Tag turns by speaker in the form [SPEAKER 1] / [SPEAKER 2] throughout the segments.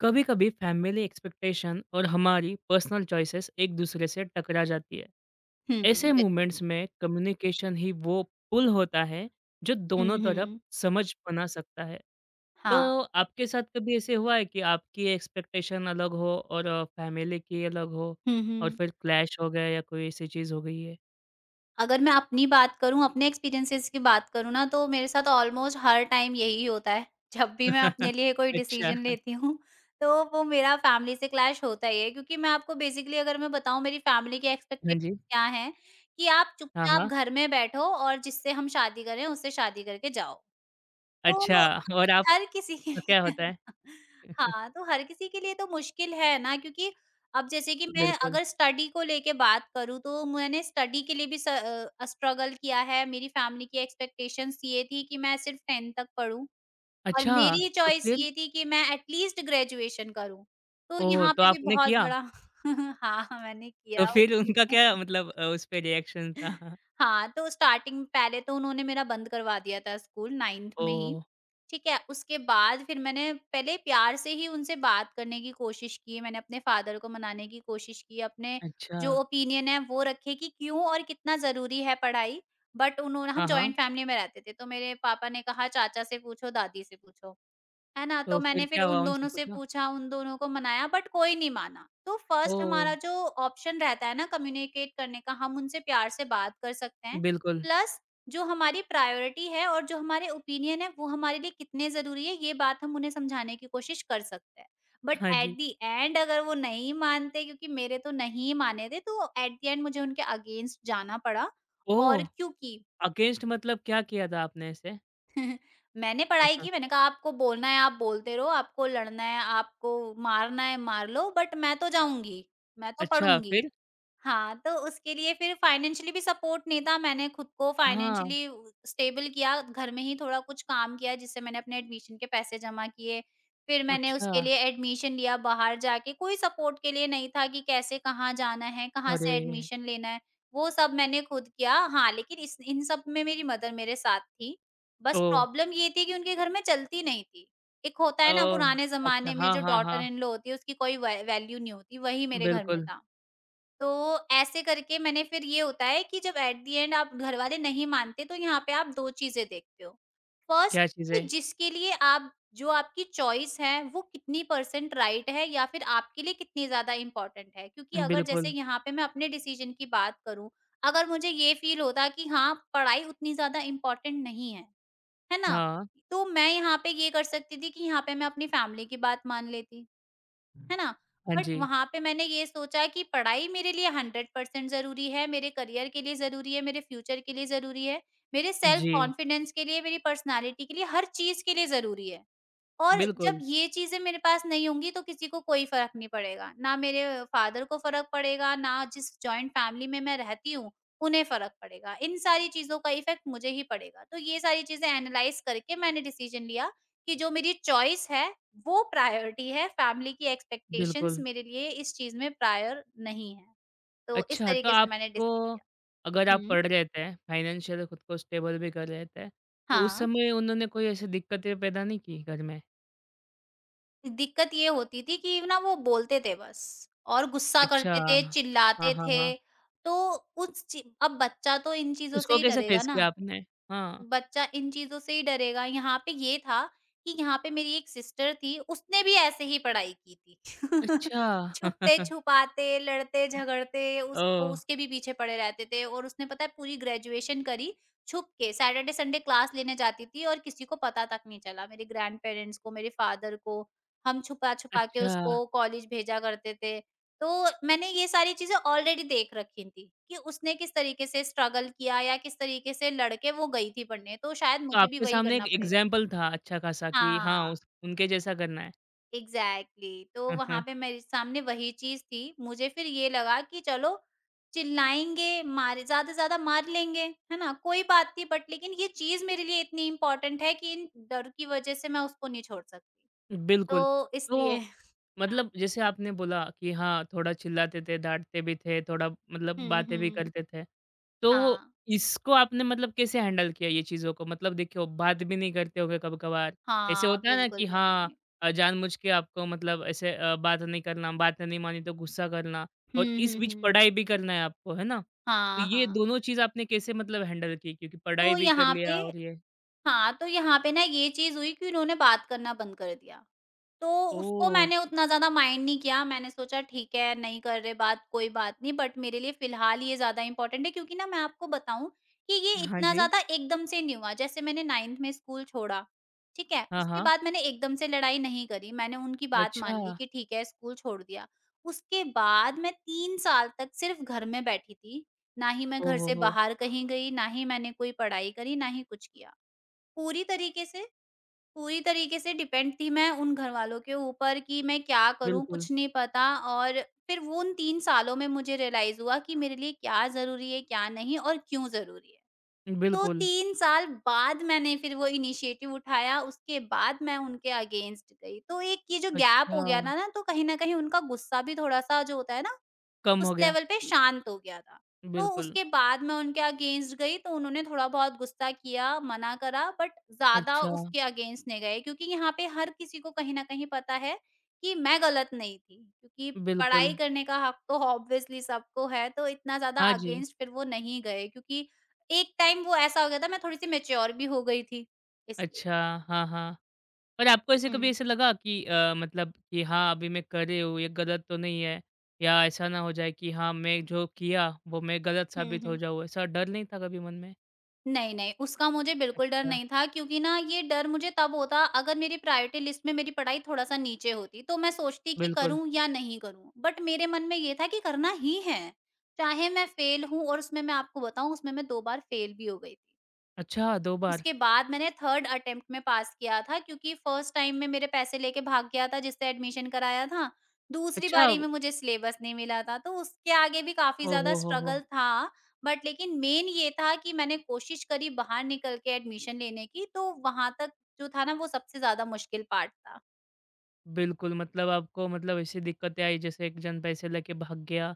[SPEAKER 1] कभी कभी family expectation और हमारी पर्सनल चॉइसेस एक दूसरे से टकरा जाती है।
[SPEAKER 2] हुँ,
[SPEAKER 1] ऐसे
[SPEAKER 2] बिल्कुल।
[SPEAKER 1] मोमेंट्स में कम्युनिकेशन ही वो पुल होता है जो
[SPEAKER 2] हुँ,
[SPEAKER 1] दोनों तरफ
[SPEAKER 2] हुँ।
[SPEAKER 1] समझ बना सकता है। तो
[SPEAKER 2] हाँ।
[SPEAKER 1] आपके साथ कभी ऐसे हुआ है कि आपकी एक्सपेक्टेशन अलग हो और फैमिली की अलग हो
[SPEAKER 2] हुँ,
[SPEAKER 1] और
[SPEAKER 2] हुँ।
[SPEAKER 1] फिर क्लैश हो गया या कोई ऐसी चीज हो गई है?
[SPEAKER 2] अगर मैं अपनी बात करूँ, अपने एक्सपीरियंसेस की बात करूँ ना, तो मेरे साथ ऑलमोस्ट हर टाइम यही होता है। जब भी मैं अपने लिए कोई
[SPEAKER 1] अच्छा।
[SPEAKER 2] डिसीज़न लेती हूँ, तो वो मेरा फैमिली से क्लैश होता ही है, क्योंकि मैं आपको बेसिकली अगर मैं बताऊँ मेरी फैमिली की
[SPEAKER 1] हाँ
[SPEAKER 2] एक्सपेक्टेशन
[SPEAKER 1] जी।
[SPEAKER 2] क्या हैं, कि आप
[SPEAKER 1] हाँ,
[SPEAKER 2] चुपचाप
[SPEAKER 1] हाँ।
[SPEAKER 2] घर में बैठो और जिससे हम शादी करें, उससे शादी करके जाओ।
[SPEAKER 1] अच्छा।
[SPEAKER 2] तो
[SPEAKER 1] और आप
[SPEAKER 2] हर किसी के
[SPEAKER 1] क्या
[SPEAKER 2] लिए
[SPEAKER 1] होता है?
[SPEAKER 2] हाँ, तो हर किसी के लिए तो मुश्किल है ना, क्योंकि अब जैसे कि मैं
[SPEAKER 1] बिल्कुल।
[SPEAKER 2] अगर स्टडी को लेके बात करूँ, तो मैंने स्टडी के लिए भी स्ट्रगल किया है। मेरी फैमिली की एक्सपेक्टेशंस ये थी कि मैं सिर्फ 10th तक पढूँ, और
[SPEAKER 1] अच्छा,
[SPEAKER 2] मेरी
[SPEAKER 1] तो
[SPEAKER 2] चॉइस
[SPEAKER 1] फिर?
[SPEAKER 2] ये थी कि मैं एटलीस्ट ग्रेजुएशन करूँ। तो
[SPEAKER 1] ओह,
[SPEAKER 2] यहाँ
[SPEAKER 1] तो
[SPEAKER 2] पे भी
[SPEAKER 1] आपने
[SPEAKER 2] बहुत
[SPEAKER 1] किया।
[SPEAKER 2] बड़ा हाँ, मैंने
[SPEAKER 1] तो
[SPEAKER 2] किया।
[SPEAKER 1] फिर उनका क्या, मतलब उस पे रिएक्शन था?
[SPEAKER 2] हाँ, तो स्टार्टिंग पहले तो उन्होंने मेरा बंद करवा दिया था स्कूल 9th में ही,
[SPEAKER 1] ओह!
[SPEAKER 2] ठीक है? उसके बाद फिर मैंने पहले प्यार से ही उनसे बात करने की कोशिश की, मैंने अपने फादर को मनाने की कोशिश की, अपने
[SPEAKER 1] अच्छा।
[SPEAKER 2] जो ओपिनियन है वो रखे कि क्यों और कितना ज़रूरी है पढ़ाई। बट उन्होंने,
[SPEAKER 1] हाँ,
[SPEAKER 2] हम जॉइंट
[SPEAKER 1] हाँ।
[SPEAKER 2] फैमिली में रहते थे, तो मेरे पापा ने कहा चाचा से पूछो, दादी से पूछो। है ना?
[SPEAKER 1] तो
[SPEAKER 2] तो
[SPEAKER 1] फिर
[SPEAKER 2] मैंने फिर
[SPEAKER 1] क्या हुआ?
[SPEAKER 2] उन
[SPEAKER 1] उनसे
[SPEAKER 2] दोनों से
[SPEAKER 1] पूछा?
[SPEAKER 2] पूछा, उन दोनों को मनाया बट कोई नहीं माना। तो फर्स्ट
[SPEAKER 1] ओह!
[SPEAKER 2] हमारा जो ऑप्शन रहता है ना कम्युनिकेट करने का, हम उनसे प्यार से बात कर सकते हैं।
[SPEAKER 1] बिल्कुल।
[SPEAKER 2] प्लस जो हमारी प्रायोरिटी है और जो हमारे ओपिनियन है वो हमारे लिए कितने ज़रूरी है, ये बात हम उन्हें समझाने की कोशिश कर सकते हैं। बट
[SPEAKER 1] हाँ
[SPEAKER 2] एट
[SPEAKER 1] जी।
[SPEAKER 2] द एंड अगर वो नहीं मानते, क्योंकि मेरे तो नहीं माने थे, तो एट द एंड मुझे उनके अगेंस्ट जाना पड़ा। और
[SPEAKER 1] ओह!
[SPEAKER 2] क्योंकि
[SPEAKER 1] अगेंस्ट मतलब क्या किया था आपने ऐसे?
[SPEAKER 2] मैंने
[SPEAKER 1] हाँ,
[SPEAKER 2] पढ़ाई
[SPEAKER 1] हाँ।
[SPEAKER 2] की। मैंने कहा आपको बोलना है आप बोलते रहो, आपको लड़ना है, आपको मारना है मार लो, बट मैं तो जाऊँगी, मैं तो
[SPEAKER 1] अच्छा,
[SPEAKER 2] पढ़ूँगी।
[SPEAKER 1] फिर?
[SPEAKER 2] हाँ, तो उसके लिए फिर फाइनेंशियली भी सपोर्ट नहीं था। मैंने खुद को
[SPEAKER 1] हाँ।
[SPEAKER 2] फाइनेंशियली उ स्टेबल किया, घर में ही थोड़ा कुछ काम किया जिससे मैंने अपने एडमिशन के पैसे जमा किए। फिर मैंने
[SPEAKER 1] अच्छा।
[SPEAKER 2] उसके लिए एडमिशन लिया बाहर जाके, कोई सपोर्ट के लिए नहीं था कि कैसे कहाँ जाना है, कहाँ से
[SPEAKER 1] अरे!
[SPEAKER 2] एडमिशन लेना है, वो सब मैंने खुद किया। हाँ, लेकिन इस इन सब में मेरी मदर मेरे साथ थी। बस
[SPEAKER 1] ओह!
[SPEAKER 2] प्रॉब्लम ये थी कि उनके घर में चलती नहीं थी। एक होता है ना
[SPEAKER 1] ओह!
[SPEAKER 2] पुराने
[SPEAKER 1] अच्छा।
[SPEAKER 2] ज़माने में
[SPEAKER 1] हाँ,
[SPEAKER 2] जो
[SPEAKER 1] हाँ,
[SPEAKER 2] डॉटर
[SPEAKER 1] हाँ।
[SPEAKER 2] इन लॉ होती है उसकी कोई वै वैल्यू नहीं होती, वही मेरे घर में
[SPEAKER 1] बिल्कुल।
[SPEAKER 2] था। तो ऐसे करके मैंने फिर ये होता है कि जब एट द एंड आप घरवाले नहीं मानते, तो यहाँ पे आप 2 चीज़ें देखते हो। फर्स्ट
[SPEAKER 1] क्या
[SPEAKER 2] कि
[SPEAKER 1] चीज़ें?
[SPEAKER 2] जिसके लिए आप जो आपकी चॉइस है वो कितनी परसेंट राइट है, या फिर आपके लिए कितनी ज़्यादा इम्पोर्टेंट है। क्योंकि अगर जैसे
[SPEAKER 1] बिल्कुल।
[SPEAKER 2] यहाँ पे मैं अपने डिसीज़न की बात करूँ, अगर मुझे ये फ़ील होता कि हाँ, पढ़ाई उतनी ज़्यादा इम्पोर्टेंट नहीं है, है ना?
[SPEAKER 1] हाँ।
[SPEAKER 2] तो मैं यहाँ पे ये कर सकती थी कि यहाँ पे मैं अपनी फैमिली की बात मान लेती। है ना?
[SPEAKER 1] हाँ
[SPEAKER 2] बट
[SPEAKER 1] जी।
[SPEAKER 2] वहाँ पे मैंने ये सोचा कि पढ़ाई मेरे लिए 100% ज़रूरी है, मेरे करियर के लिए ज़रूरी है, मेरे फ्यूचर के लिए ज़रूरी है, मेरे सेल्फ
[SPEAKER 1] जी।
[SPEAKER 2] कॉन्फिडेंस के लिए, मेरी पर्सनैलिटी के लिए, हर चीज़ के लिए ज़रूरी है। और जब
[SPEAKER 1] बिल्कुल,
[SPEAKER 2] ये चीज़ें मेरे पास नहीं होंगी तो किसी को कोई फ़र्क नहीं पड़ेगा। ना मेरे फादर को फ़र्क पड़ेगा, ना जिस जॉइंट फ़ैमिली में मैं रहती हूँ, उन्हें फ़र्क पड़ेगा। इन सारी चीज़ों का इफ़ेक्ट मुझे ही पड़ेगा। तो ये सारी चीज़ें एनालाइज़ करके मैंने डिसीज़न लिया कि जो मेरी चॉइस है, वो प्रायोरिटी है, फ़ैमिली की एक्सपेक्टेशंस
[SPEAKER 1] बिल्कुल।
[SPEAKER 2] मेरे लिए इस चीज़ में प्रायर नहीं है। तो इस
[SPEAKER 1] अच्छा, तो
[SPEAKER 2] तरीके से मैंने
[SPEAKER 1] आपको,
[SPEAKER 2] डिसाइड किया।
[SPEAKER 1] अगर आप
[SPEAKER 2] हुँ।
[SPEAKER 1] पढ़ रहे थे, फाइनेंशियल खुद को स्टेबल भी कर रहे थे, तो उस
[SPEAKER 2] हाँ।
[SPEAKER 1] समय उन्होंने कोई ऐसी दिक्कतें पैदा नहीं की घर में?
[SPEAKER 2] दिक्कत ये होती थी कि ना वो बोलते थे बस और गुस्सा
[SPEAKER 1] अच्छा।
[SPEAKER 2] करते थे,
[SPEAKER 1] हाँ, हाँ,
[SPEAKER 2] चिल्लाते
[SPEAKER 1] हाँ।
[SPEAKER 2] थे, तो उस ची अब बच्चा तो इन चीज़ों से
[SPEAKER 1] उसको
[SPEAKER 2] ही
[SPEAKER 1] कैसे
[SPEAKER 2] डरेगा
[SPEAKER 1] फेस
[SPEAKER 2] ना।
[SPEAKER 1] किया आपने? हाँ।
[SPEAKER 2] बच्चा इन चीज़ों से ही डरेगा। यहाँ पे ये था कि यहाँ पे मेरी एक सिस्टर थी, उसने भी ऐसे ही पढ़ाई की थी।
[SPEAKER 1] अच्छा।
[SPEAKER 2] छुपते-छुपाते, लड़ते-झगड़ते, उसको
[SPEAKER 1] ओह!
[SPEAKER 2] उसके भी पीछे पड़े रहते थे, और उसने पता है पूरी ग्रेजुएशन करी छुप के। सैटरडे, संडे क्लास लेने जाती थी और किसी को पता तक नहीं चला। मेरे ग्रैंड पेरेंट्स को, मेरे फादर को, हम छुपा-छुपा के
[SPEAKER 1] अच्छा,
[SPEAKER 2] उसको कॉलेज भेजा करते थे। तो मैंने ये सारी चीज़ें ऑलरेडी देख रखी थी, कि उसने किस तरीके से स्ट्रगल किया या किस तरीके से लड़ के वो गई थी पढ़ने, तो शायद
[SPEAKER 1] तो
[SPEAKER 2] मुझे भी
[SPEAKER 1] आपके
[SPEAKER 2] वही
[SPEAKER 1] सामने एक
[SPEAKER 2] करना पड़ेगा।
[SPEAKER 1] एग्ज़ाम्पल था अच्छा खासा कि हाँ,
[SPEAKER 2] हाँ,
[SPEAKER 1] उस उनके जैसा करना है।
[SPEAKER 2] एग्ज़ैक्टली। तो वहाँ पे मेरे सामने वही चीज़ थी, मुझे फिर ये लगा कि चलो चिल्लाएँगे, मारे ज़्यादा से ज़्यादा मार लेंगे, है ना? कोई बात नहीं, बट लेकिन ये चीज़ मेरे लिए इतनी इम्पोर्टेंट है कि इन डर की वज़ह से मैं उसको नहीं छोड़ सकती।
[SPEAKER 1] बिल्कुल।
[SPEAKER 2] तो इसलिए।
[SPEAKER 1] तो
[SPEAKER 2] हाँ।
[SPEAKER 1] मतलब जैसे आपने बोला कि हाँ, थोड़ा चिल्लाते थे, डाँटते भी थे, थोड़ा मतलब
[SPEAKER 2] हुँ,
[SPEAKER 1] बातें भी
[SPEAKER 2] हुँ।
[SPEAKER 1] करते थे। तो
[SPEAKER 2] हाँ।
[SPEAKER 1] इसको आपने मतलब कैसे हैंडल किया ये चीज़ों को? मतलब देखिए बात भी नहीं करते होंगे कभी-कभार। ऐसे
[SPEAKER 2] हाँ,
[SPEAKER 1] होता है ना कि
[SPEAKER 2] बिल्कुल भी
[SPEAKER 1] हाँ,
[SPEAKER 2] नहीं।
[SPEAKER 1] जानबूझ के आपको मतलब ऐसे बात नहीं करना, बात नहीं मानी तो गुस्सा करना
[SPEAKER 2] हुँ,
[SPEAKER 1] और इस
[SPEAKER 2] हुँ,
[SPEAKER 1] बीच
[SPEAKER 2] हुँ।
[SPEAKER 1] पढ़ाई भी करना है आपको, है ना? तो
[SPEAKER 2] हाँ,
[SPEAKER 1] ये
[SPEAKER 2] हाँ।
[SPEAKER 1] दोनों चीज़ आपने कैसे मतलब हैंडल की? क्योंकि पढ़ाई
[SPEAKER 2] तो
[SPEAKER 1] भी कर
[SPEAKER 2] यहाँ पे
[SPEAKER 1] लिया और ये।
[SPEAKER 2] हाँ, तो यहाँ पे ना ये चीज़ हुई कि उन्होंने बात करना बंद कर दिया। तो उसको
[SPEAKER 1] ओह!
[SPEAKER 2] मैंने उतना ज़्यादा माइंड नहीं किया, मैंने सोचा ठीक है, नहीं कर रहे बात कोई बात नहीं, बट मेरे लिए फ़िलहाल ये ज़्यादा इम्पोर्टेंट है, क्योंकि ना मैं आपको बताऊँ कि ये
[SPEAKER 1] हाँ
[SPEAKER 2] इतना
[SPEAKER 1] जी।
[SPEAKER 2] ज़्यादा एकदम से नहीं हुआ। जैसे मैंने 9th में स्कूल छोड़ा, ठीक है?
[SPEAKER 1] हाँ,
[SPEAKER 2] उसके
[SPEAKER 1] हाँ।
[SPEAKER 2] बाद मैंने एकदम से लड़ाई नहीं करी, मैंने उनकी बात
[SPEAKER 1] अच्छा।
[SPEAKER 2] मान ली कि ठीक है स्कूल छोड़ दिया। उसके बाद मैं 3 साल तक सिर्फ़ घर में बैठी थी, ना ही मैं घर से
[SPEAKER 1] ओहो!
[SPEAKER 2] बाहर कहीं गई, ना ही मैंने कोई पढ़ाई करी, ना ही कुछ किया। पूरी तरीके से पूरी तरीके से डिपेंड थी मैं उन घरवालों के ऊपर कि मैं क्या करूँ,
[SPEAKER 1] बिल्कुल,
[SPEAKER 2] कुछ नहीं पता। और फिर वो उन 3 सालों में मुझे रियलाइज़ हुआ कि मेरे लिए क्या ज़रूरी है, क्या नहीं और क्यों ज़रूरी है। तो
[SPEAKER 1] बिल्कुल।
[SPEAKER 2] 3 साल बाद मैंने फिर वो इनिशिएटिव उठाया, उसके बाद मैं उनके अगेंस्ट गई। तो एक ये जो गैप
[SPEAKER 1] अच्छा,
[SPEAKER 2] हो गया ना ना, तो कहीं न कहीं उनका गुस्सा भी थोड़ा-सा जो होता है ना,
[SPEAKER 1] कम
[SPEAKER 2] उस
[SPEAKER 1] हो गया।
[SPEAKER 2] लेवल पे शांत हो गया था। तो
[SPEAKER 1] बिल्कुल।
[SPEAKER 2] उसके बाद मैं उनके अगेंस्ट गई तो उन्होंने थोड़ा बहुत गुस्सा किया, मना करा, बट ज़्यादा
[SPEAKER 1] अच्छा।
[SPEAKER 2] उसके अगेंस्ट नहीं गए, क्योंकि यहाँ पे हर किसी को कहीं न कहीं पता है कि मैं गलत नहीं थी। क्योंकि
[SPEAKER 1] बिल्कुल।
[SPEAKER 2] पढ़ाई करने का हक तो ऑब्वियसली सबको है, तो इतना ज़्यादा
[SPEAKER 1] हाँ जी।
[SPEAKER 2] अगेंस्ट फिर वो नहीं गए, क्योंकि एक टाइम वो ऐसा हो गया था, मैं थोड़ी-सी मैच्योर भी हो गई थी, इसलिए।
[SPEAKER 1] अच्छा। हाँ, हाँ। और आपको ऐसे कभी
[SPEAKER 2] हुँ।
[SPEAKER 1] ऐसा लगा कि मतलब कि हाँ, अभी मैं कर रही हूँ, ये गलत तो नहीं है? या ऐसा ना हो जाए कि हाँ, मैं जो किया, वो मैं गलत
[SPEAKER 2] हुँ,
[SPEAKER 1] साबित हो
[SPEAKER 2] हुँ।
[SPEAKER 1] जाऊँ, ऐसा डर नहीं था कभी मन में?
[SPEAKER 2] नहीं, नहीं, उसका मुझे बिल्कुल डर
[SPEAKER 1] अच्छा,
[SPEAKER 2] नहीं था, क्योंकि ना ये डर मुझे तब होता अगर मेरी प्रायोरिटी लिस्ट में मेरी पढ़ाई थोड़ा-सा नीचे होती, तो मैं सोचती कि
[SPEAKER 1] बिल्कुल।
[SPEAKER 2] करूँ या नहीं करूँ। बट मेरे मन में ये था कि करना ही है, चाहे मैं फेल हूँ, और उसमें मैं आपको बताऊँ उसमें मैं 2 बार फेल भी हो गई थी।
[SPEAKER 1] अच्छा, 2 बार।
[SPEAKER 2] उसके बाद मैंने थर्ड अटेम्प्ट में पास किया था, क्योंकि फर्स्ट टाइम में मेरे पैसे लेके भाग गया था जिससे एडमिशन कराया था। दूसरी
[SPEAKER 1] अच्छा।
[SPEAKER 2] बारी में मुझे सिलेबस नहीं मिला था, तो उसके आगे भी काफ़ी ज़्यादा
[SPEAKER 1] ओहो हो हो! हो,
[SPEAKER 2] स्ट्रगल था। बट लेकिन मेन ये था कि मैंने कोशिश करी बाहर निकल के एडमिशन लेने की, तो वहाँ तक जो था ना वो सबसे ज़्यादा मुश्किल पार्ट था।
[SPEAKER 1] बिल्कुल, मतलब आपको, मतलब ऐसी दिक्कतें आई जैसे एक जन पैसे लेके भाग गया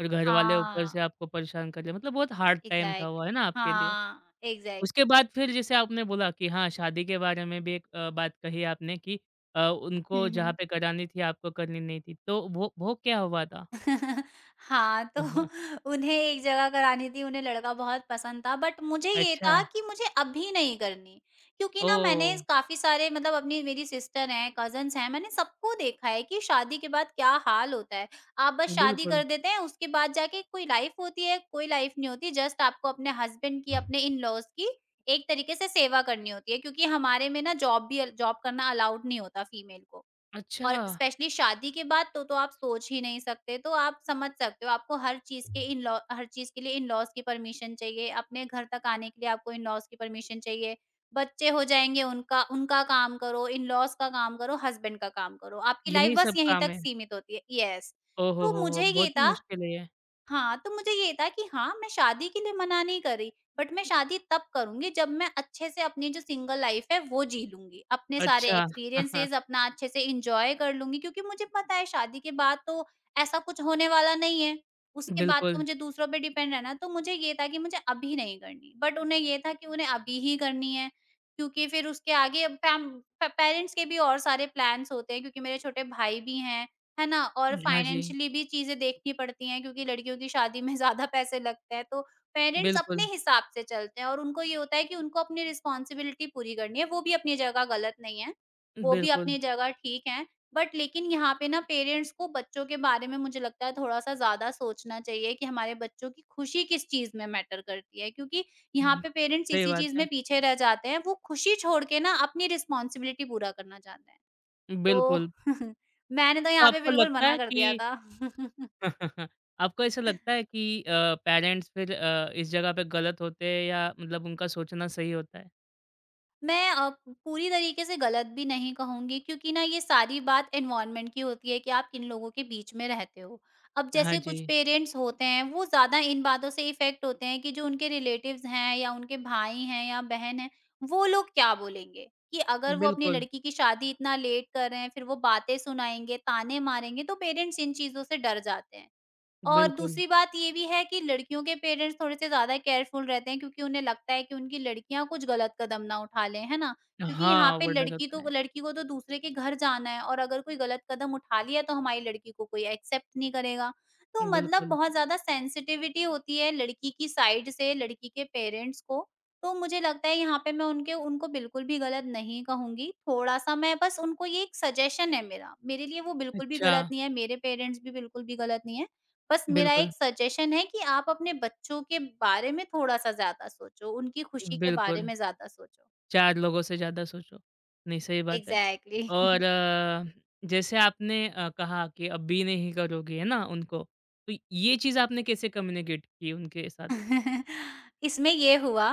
[SPEAKER 1] और घरवाले ऊपर से
[SPEAKER 2] हाँ,
[SPEAKER 1] आपको परेशान कर लिया, मतलब बहुत हार्ड टाइम था वो,
[SPEAKER 2] एग्ज़ैक्टली।
[SPEAKER 1] है ना आपके लिए?
[SPEAKER 2] हाँ,
[SPEAKER 1] उसके
[SPEAKER 2] एग्ज़ैक्टली।
[SPEAKER 1] बाद फिर जैसे आपने बोला कि हाँ, शादी के बारे में भी एक बात कही आपने कि
[SPEAKER 2] हुँ,
[SPEAKER 1] उनको जहाँ
[SPEAKER 2] हुँ।
[SPEAKER 1] पे करानी थी आपको करनी नहीं थी, तो वो क्या हुआ था?
[SPEAKER 2] हाँ, तो
[SPEAKER 1] हाँ।
[SPEAKER 2] उन्हें एक जगह करानी थी, उन्हें लड़का बहुत पसंद था, बट मुझे ये
[SPEAKER 1] अच्छा।
[SPEAKER 2] था कि मुझे अभी नहीं करनी। क्योंकि ना मैंने
[SPEAKER 1] ओह!
[SPEAKER 2] काफ़ी सारे मतलब अपनी मेरी सिस्टर हैं, कज़िन्स हैं, मैंने सबको देखा है कि शादी के बाद क्या हाल होता है। आप बस शादी
[SPEAKER 1] बिल्कुल।
[SPEAKER 2] कर देते हैं, उसके बाद जाके कोई लाइफ़ होती है, कोई लाइफ़ नहीं होती। जस्ट आपको अपने हस्बैंड की, अपने इन-लॉज़ की एक तरीके से सेवा करनी होती है, क्योंकि हमारे में ना जॉब भी अल जॉब करना अलाउड नहीं होता फीमेल को।
[SPEAKER 1] अच्छा।
[SPEAKER 2] और स्पेशली शादी के बाद तो आप सोच ही नहीं सकते। तो आप समझ सकते हो आपको हर चीज़ के लिए इन-लॉज़ की परमिशन चाहिए, अपने घर तक आने के लिए आपको इन-लॉज़ की परमिशन चाहिए। बच्चे हो जाएँगे उनका उनका काम करो, इन-लॉज़ का काम करो, हस्बैंड का काम करो। आपकी लाइफ़
[SPEAKER 1] यही
[SPEAKER 2] बस
[SPEAKER 1] सब
[SPEAKER 2] यहीं
[SPEAKER 1] काम
[SPEAKER 2] तक
[SPEAKER 1] है।
[SPEAKER 2] सीमित होती है। येस,
[SPEAKER 1] ओह
[SPEAKER 2] तो
[SPEAKER 1] हो, हो!
[SPEAKER 2] मुझे ये
[SPEAKER 1] बहुत ही
[SPEAKER 2] था
[SPEAKER 1] मुश्किल है ये।
[SPEAKER 2] हाँ, तो मुझे ये था कि हाँ, मैं शादी के लिए मना नहीं कर रही, बट मैं शादी तब करूँगी जब मैं अच्छे से अपनी जो सिंगल लाइफ़ है वो जी लूँगी। अपने सारे
[SPEAKER 1] अच्छा।
[SPEAKER 2] एक्सपीरियंसेस अपना अच्छे से एन्जॉय कर लूँगी, क्योंकि मुझे पता है शादी के बाद तो ऐसा कुछ होने वाला नहीं है। उसके बाद तो
[SPEAKER 1] बिल्कुल।
[SPEAKER 2] मुझे दूसरों पे डिपेंड रहना है, तो मुझे ये था कि मुझे अभी नहीं करनी, बट उन्हें ये था कि उन्हें अभी ही करनी है। क्योंकि फिर उसके आगे अब पैम प पेरेंट्स के भी और सारे प्लान्स होते हैं क्योंकि मेरे छोटे भाई भी हैं, है ना? और
[SPEAKER 1] हाँ जी।
[SPEAKER 2] फाइनेंशियली भी चीज़ें देखनी पड़ती हैं क्योंकि लड़कियों की शादी में ज़्यादा पैसे लगते हैं, तो पेरेंट्स अपने
[SPEAKER 1] बिल्कुल,
[SPEAKER 2] हिसाब से चलते हैं और उनको ये होता है कि उनको अपनी रिस्पॉन्सिबिलिटी पूरी करनी है। वो भी अपनी जगह गलत नहीं है, वो भी
[SPEAKER 1] बिल्कुल।
[SPEAKER 2] अपनी जगह ठीक हैं। बट लेकिन यहाँ पे ना पेरेंट्स को बच्चों के बारे में मुझे लगता है थोड़ा-सा ज़्यादा सोचना चाहिए कि हमारे बच्चों की खुशी किस चीज़ में मैटर करती है, क्योंकि यहाँ
[SPEAKER 1] हुँ,
[SPEAKER 2] पे पेरेंट्स
[SPEAKER 1] सही
[SPEAKER 2] इसी
[SPEAKER 1] बात
[SPEAKER 2] चीज़
[SPEAKER 1] है।
[SPEAKER 2] में पीछे रह जाते हैं, वो खुशी छोड़ के ना अपनी रिस्पॉन्सिबिलिटी पूरा करना चाहते हैं। तो
[SPEAKER 1] बिल्कुल,
[SPEAKER 2] मैंने तो
[SPEAKER 1] तो
[SPEAKER 2] यहाँ पे
[SPEAKER 1] आपको
[SPEAKER 2] बिल्कुल
[SPEAKER 1] लगता
[SPEAKER 2] मना
[SPEAKER 1] है
[SPEAKER 2] कर दिया
[SPEAKER 1] कि,
[SPEAKER 2] था।
[SPEAKER 1] आपको ऐसा लगता है कि पेरेंट्स फिर इस जगह पे गलत होते हैं या मतलब उनका सोचना सही होता है?
[SPEAKER 2] मैं पूरी तरीके से गलत भी नहीं कहूँगी क्योंकि ना ये सारी बात एनवायरनमेंट की होती है कि आप किन लोगों के बीच में रहते हो। अब
[SPEAKER 1] हाँ
[SPEAKER 2] जैसे
[SPEAKER 1] जी।
[SPEAKER 2] कुछ पेरेंट्स होते हैं वो ज़्यादा इन बातों से इफ़ेक्ट होते हैं कि जो उनके रिलेटिव्स हैं या उनके भाई हैं या बहन हैं, वो लोग क्या बोलेंगे? कि अगर वो अपनी
[SPEAKER 1] बिल्कुल,
[SPEAKER 2] लड़की की शादी इतना लेट कर रहे हैं, फिर वो बातें सुनाएँगे, ताने मारेंगे, तो पेरेंट्स इन चीज़ों से डर जाते हैं। और
[SPEAKER 1] बिल्कुल।
[SPEAKER 2] दूसरी बात ये भी है कि लड़कियों के पेरेंट्स थोड़े-से ज़्यादा केयरफुल रहते हैं क्योंकि उन्हें लगता है कि उनकी लड़कियाँ कुछ गलत कदम ना उठा लें, है ना? क्योंकि यहाँ
[SPEAKER 1] हाँ,
[SPEAKER 2] पे
[SPEAKER 1] वो डर
[SPEAKER 2] लड़की
[SPEAKER 1] होता
[SPEAKER 2] तो
[SPEAKER 1] है।
[SPEAKER 2] लड़की को तो दूसरे के घर जाना है और अगर कोई गलत कदम उठा लिया तो हमारी लड़की को कोई एक्सेप्ट नहीं करेगा। तो मतलब
[SPEAKER 1] बिल्कुल।
[SPEAKER 2] बहुत ज़्यादा सेंसिटिविटी होती है लड़की की साइड से लड़की के पेरेंट्स को। तो मुझे लगता है यहाँ पे मैं उनके उनको बिल्कुल भी गलत नहीं कहूँगी, थोड़ा-सा मैं बस उनको ये एक सजेशन है मेरा। मेरे लिए वो बिल्कुल भी
[SPEAKER 1] अच्छा।
[SPEAKER 2] गलत नहीं है, मेरे पेरेंट्स भी बिल्कुल भी गलत नहीं है। बस मेरा
[SPEAKER 1] बिल्कुल,
[SPEAKER 2] एक सजेशन है कि आप अपने बच्चों के बारे में थोड़ा-सा ज़्यादा सोचो, उनकी खुशी के बारे
[SPEAKER 1] बिल्कुल।
[SPEAKER 2] में ज़्यादा सोचो।
[SPEAKER 1] 4 लोगों से ज़्यादा सोचो। नहीं, सही बात है।
[SPEAKER 2] एग्ज़ैक्टली।
[SPEAKER 1] और जैसे आपने कहा कि अब भी नहीं करोगी, है ना, उनको, तो ये चीज़ आपने कैसे कम्युनिकेट की उनके साथ?
[SPEAKER 2] इसमें ये हुआ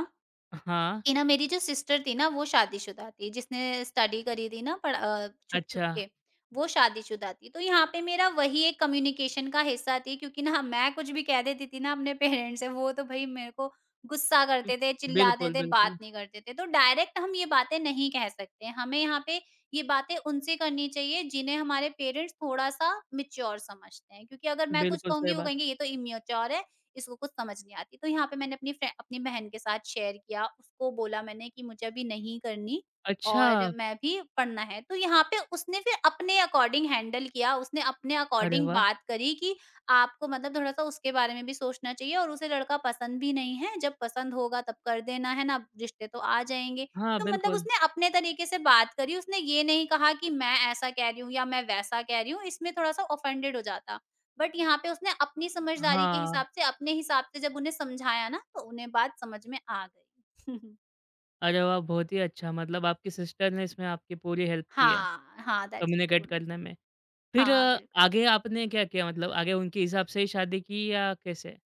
[SPEAKER 1] हाँ।
[SPEAKER 2] कि ना मेरी जो सिस्टर थी ना वो शादीशुदा थी, जिसने स्टडी करी थी ना छुप-छुप
[SPEAKER 1] अच्छा।
[SPEAKER 2] के, वो शादीशुदा थी। तो यहाँ पे मेरा वही एक कम्युनिकेशन का हिस्सा थी क्योंकि ना मैं कुछ भी कह देती थी ना अपने पेरेंट्स से, वो तो भई मेरे को गुस्सा
[SPEAKER 1] हुँ।
[SPEAKER 2] करते थे, चिल्लाते
[SPEAKER 1] बिल्कुल,
[SPEAKER 2] थे, बात
[SPEAKER 1] बिल्कुल।
[SPEAKER 2] नहीं करते थे। तो डायरेक्ट हम ये बातें नहीं कह सकते, हमें यहाँ पे ये बातें उनसे करनी चाहिए जिन्हें हमारे पेरेंट्स थोड़ा-सा मैच्योर समझते हैं, क्योंकि अगर मैं कुछ
[SPEAKER 1] बिल्कुल, सही
[SPEAKER 2] कहूँगी वो
[SPEAKER 1] बात।
[SPEAKER 2] कहेंगे ये तो इमैच्योर है, इसको कुछ समझ नहीं आती। तो यहाँ पे मैंने अपनी फ्रे अपनी बहन के साथ शेयर किया, उसको बोला मैंने कि मुझे अभी नहीं करनी और
[SPEAKER 1] अच्छा!
[SPEAKER 2] मैं भी पढ़ना है। तो यहाँ पे उसने फिर अपने अकॉर्डिंग हैंडल किया, उसने अपने
[SPEAKER 1] अरे
[SPEAKER 2] अकॉर्डिंग
[SPEAKER 1] वाह!
[SPEAKER 2] बात करी कि आपको मतलब थोड़ा-सा उसके बारे में भी सोचना चाहिए और उसे लड़का पसंद भी नहीं है, जब पसंद होगा तब कर देना, है ना? रिश्ते तो आ जाएँगे।
[SPEAKER 1] हाँ,
[SPEAKER 2] तो मतलब
[SPEAKER 1] बिल्कुल।
[SPEAKER 2] उसने अपने तरीके से बात करी, उसने ये नहीं कहा कि मैं ऐसा कह रही हूँ या मैं वैसा कह रही हूँ, इसमें थोड़ा-सा ऑफेंडेड हो जाता। बट यहाँ पे उसने अपनी समझदारी के
[SPEAKER 1] हाँ।
[SPEAKER 2] हिसाब से, अपने हिसाब से जब उन्हें समझाया ना, तो उन्हें बात समझ में आ गई।
[SPEAKER 1] अरे वाह! बहुत ही अच्छा, मतलब आपकी सिस्टर ने इसमें आपकी पूरी हेल्प की है,
[SPEAKER 2] हाँ, हाँ, दैट्स ट्रू।
[SPEAKER 1] कम्युनिकेट करने में। फिर
[SPEAKER 2] हाँ, बिल्कुल।
[SPEAKER 1] आगे आपने क्या किया, मतलब आगे उनके हिसाब से ही शादी की या कैसे?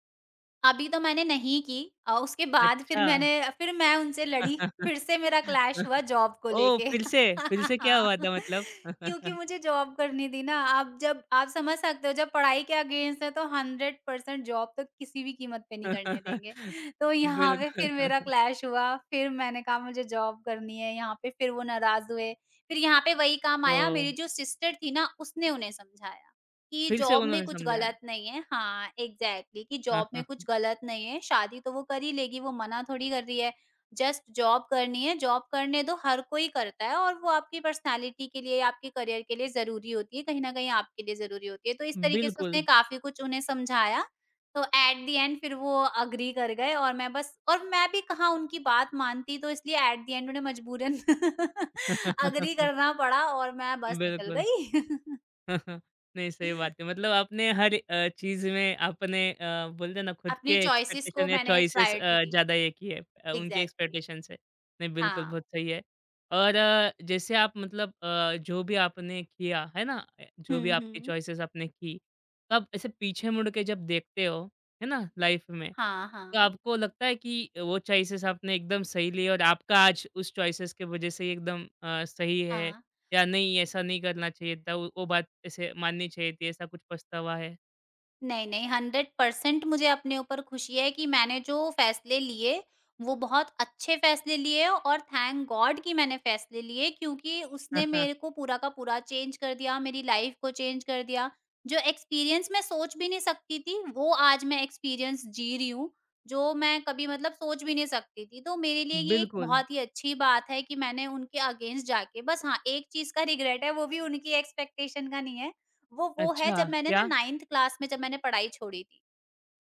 [SPEAKER 2] अभी तो मैंने नहीं की। उसके बाद फिर
[SPEAKER 1] अच्छा।
[SPEAKER 2] मैं उनसे लड़ी, फिर से मेरा क्लैश हुआ जॉब को
[SPEAKER 1] ओह!
[SPEAKER 2] लेके।
[SPEAKER 1] फिर से। फिर से क्या
[SPEAKER 2] हाँ,
[SPEAKER 1] हुआ था मतलब?
[SPEAKER 2] क्योंकि मुझे जॉब करनी थी ना, आप जब आप समझ सकते हो जब पढ़ाई के अगेंस्ट है तो 100% जॉब तो किसी भी कीमत पे नहीं करने देंगे। तो यहाँ पे
[SPEAKER 1] बिल्कुल।
[SPEAKER 2] फिर मेरा क्लैश हुआ, फिर मैंने कहा मुझे जॉब करनी है, यहाँ पे फिर वो नाराज़ हुए। फिर यहाँ पे वही काम आया,
[SPEAKER 1] ओह!
[SPEAKER 2] मेरी जो सिस्टर थी ना उसने उन्हें समझाया कि
[SPEAKER 1] फिर से
[SPEAKER 2] जॉब में
[SPEAKER 1] उन्होंने
[SPEAKER 2] कुछ
[SPEAKER 1] समझाया।
[SPEAKER 2] गलत नहीं है। हाँ, एग्ज़ैक्टली, कि जॉब में कुछ गलत नहीं है, शादी तो वो कर ही लेगी, वो मना थोड़ी कर रही है। जस्ट जॉब करनी है, जॉब करने दो, हर कोई करता है और वो आपकी पर्सनैलिटी के लिए, आपके करियर के लिए ज़रूरी होती है, कहीं न कहीं आपके लिए ज़रूरी होती है। तो इस तरीके से
[SPEAKER 1] बिल्कुल।
[SPEAKER 2] उसने काफ़ी कुछ उन्हें समझाया, तो एट द एंड फिर वो एग्री कर गए, और मैं बस और मैं भी कहाँ उनकी बात मानती, तो इसलिए एट द एंड उन्हें मजबूरन एग्री करना पड़ा और मैं बस निकल
[SPEAKER 1] बिल्कुल।
[SPEAKER 2] गई।
[SPEAKER 1] नहीं, सही बात है। मतलब आपने हर चीज़ में आपने बोलते हैं ना खुद के
[SPEAKER 2] अपनी चॉइसेस को
[SPEAKER 1] एक्सपेक्टेशन या
[SPEAKER 2] मैंने
[SPEAKER 1] चॉइसेस
[SPEAKER 2] प्रायोरिटी दी।
[SPEAKER 1] ज़्यादा ये की है उनके
[SPEAKER 2] एग्ज़ैक्टली।
[SPEAKER 1] एक्सपेक्टेशन से। नहीं बिल्कुल,
[SPEAKER 2] हाँ।
[SPEAKER 1] बहुत सही है। और जैसे आप मतलब जो भी आपने किया, है ना? जो भी
[SPEAKER 2] हुँ,
[SPEAKER 1] आपकी
[SPEAKER 2] हुँ।
[SPEAKER 1] चॉइसेस आपने की, तब ऐसे पीछे मुड़ के जब देखते हो, है ना? लाइफ़ में,
[SPEAKER 2] हाँ,
[SPEAKER 1] तो
[SPEAKER 2] हाँ।
[SPEAKER 1] आपको लगता है कि वो चॉइसेस आपने एकदम सही लिए और आपका आज उस चॉइसेस के वजह से ही एकदम सही है,
[SPEAKER 2] हाँ।
[SPEAKER 1] या नहीं? ऐसा नहीं करना चाहिए था, वो बात ऐसे माननी चाहिए थी, ऐसा कुछ पछतावा है?
[SPEAKER 2] नहीं, नहीं, 100% मुझे अपने ऊपर खुशी है कि मैंने जो फ़ैसले लिए, वो बहुत अच्छे फ़ैसले लिए और थैंक गॉड कि मैंने फ़ैसले लिए, क्योंकि उसने मेरे को पूरा का पूरा चेंज कर दिया, मेरी लाइफ़ को चेंज कर दिया। जो एक्सपीरियंस मैं सोच भी नहीं सकती थी, वो आज मैं एक्सपीरियंस जी रही हूँ, जो मैं कभी मतलब सोच भी नहीं सकती थी। तो मेरे लिए ये एक
[SPEAKER 1] बिल्कुल।
[SPEAKER 2] बहुत ही अच्छी बात है कि मैंने उनके अगेंस्ट जाके बस। हाँ, एक चीज़ का रिग्रेट है, वो भी उनकी एक्सपेक्टेशन का नहीं है। वो है
[SPEAKER 1] अच्छा,
[SPEAKER 2] जब मैंने ना
[SPEAKER 1] क्या?
[SPEAKER 2] 9th क्लास में जब मैंने पढ़ाई छोड़ी थी,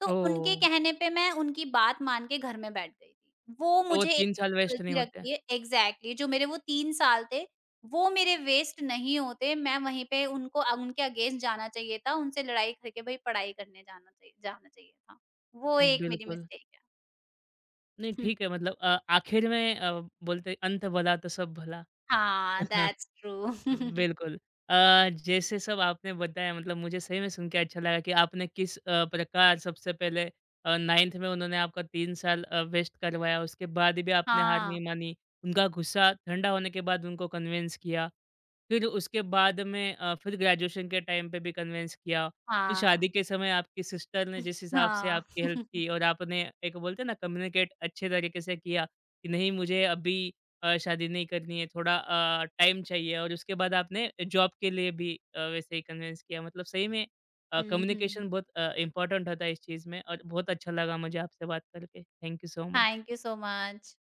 [SPEAKER 2] तो
[SPEAKER 1] ओह!
[SPEAKER 2] उनके कहने पे मैं उनकी बात मान के घर में बैठ गई थी। वो
[SPEAKER 1] तो
[SPEAKER 2] मुझे एक
[SPEAKER 1] 3 साल वेस्ट नहीं
[SPEAKER 2] गलती
[SPEAKER 1] होते हैं।
[SPEAKER 2] रखती है, एग्ज़ैक्टली, जो मेरे वो 3 साल थे, वो मेरे वेस्ट नहीं होते। मैं वहीं पे उनके अगेंस्ट जाना चाहिए था, उनसे लड़ाई करके भई पढ़ाई करने जाना चाहिए था। वो एक मेरी
[SPEAKER 1] बिल्कुल,
[SPEAKER 2] मिस्टेक है।
[SPEAKER 1] नहीं
[SPEAKER 2] हुँ,
[SPEAKER 1] ठीक है, मतलब आखिर में बोलते हैं अंत भला तो सब भला।
[SPEAKER 2] हाँ, दैट्स ट्रू।
[SPEAKER 1] बिल्कुल। जैसे सब आपने बताया, मतलब मुझे सही में सुन के अच्छा लगा कि आपने किस प्रकार सबसे पहले 9th में उन्होंने आपका 3 साल वेस्ट करवाया, उसके बाद भी आपने हार नहीं
[SPEAKER 2] हाँ,
[SPEAKER 1] मानी। उनका गुस्सा ठंडा होने के बाद उनको कन्विंस किया। फिर उसके बाद में फिर ग्रेजुएशन के टाइम पे भी कन्विंस किया। फिर शादी
[SPEAKER 2] हाँ,
[SPEAKER 1] के समय आपकी सिस्टर ने जिस हिसाब से
[SPEAKER 2] हाँ।
[SPEAKER 1] आपकी हेल्प की और आपने, एक बोलते हैं ना, कम्युनिकेट अच्छे तरीके से किया कि नहीं मुझे अभी शादी नहीं करनी है, थोड़ा टाइम चाहिए और उसके बाद आपने जॉब के लिए भी वैसे ही कन्विंस किया। मतलब सही में
[SPEAKER 2] हुँ,
[SPEAKER 1] कम्युनिकेशन
[SPEAKER 2] हुँ।
[SPEAKER 1] बहुत इम्पोर्टेंट होता है इस चीज़ में और बहुत अच्छा लगा मुझे आपसे बात करके। Thank you so much.
[SPEAKER 2] Thank you so much.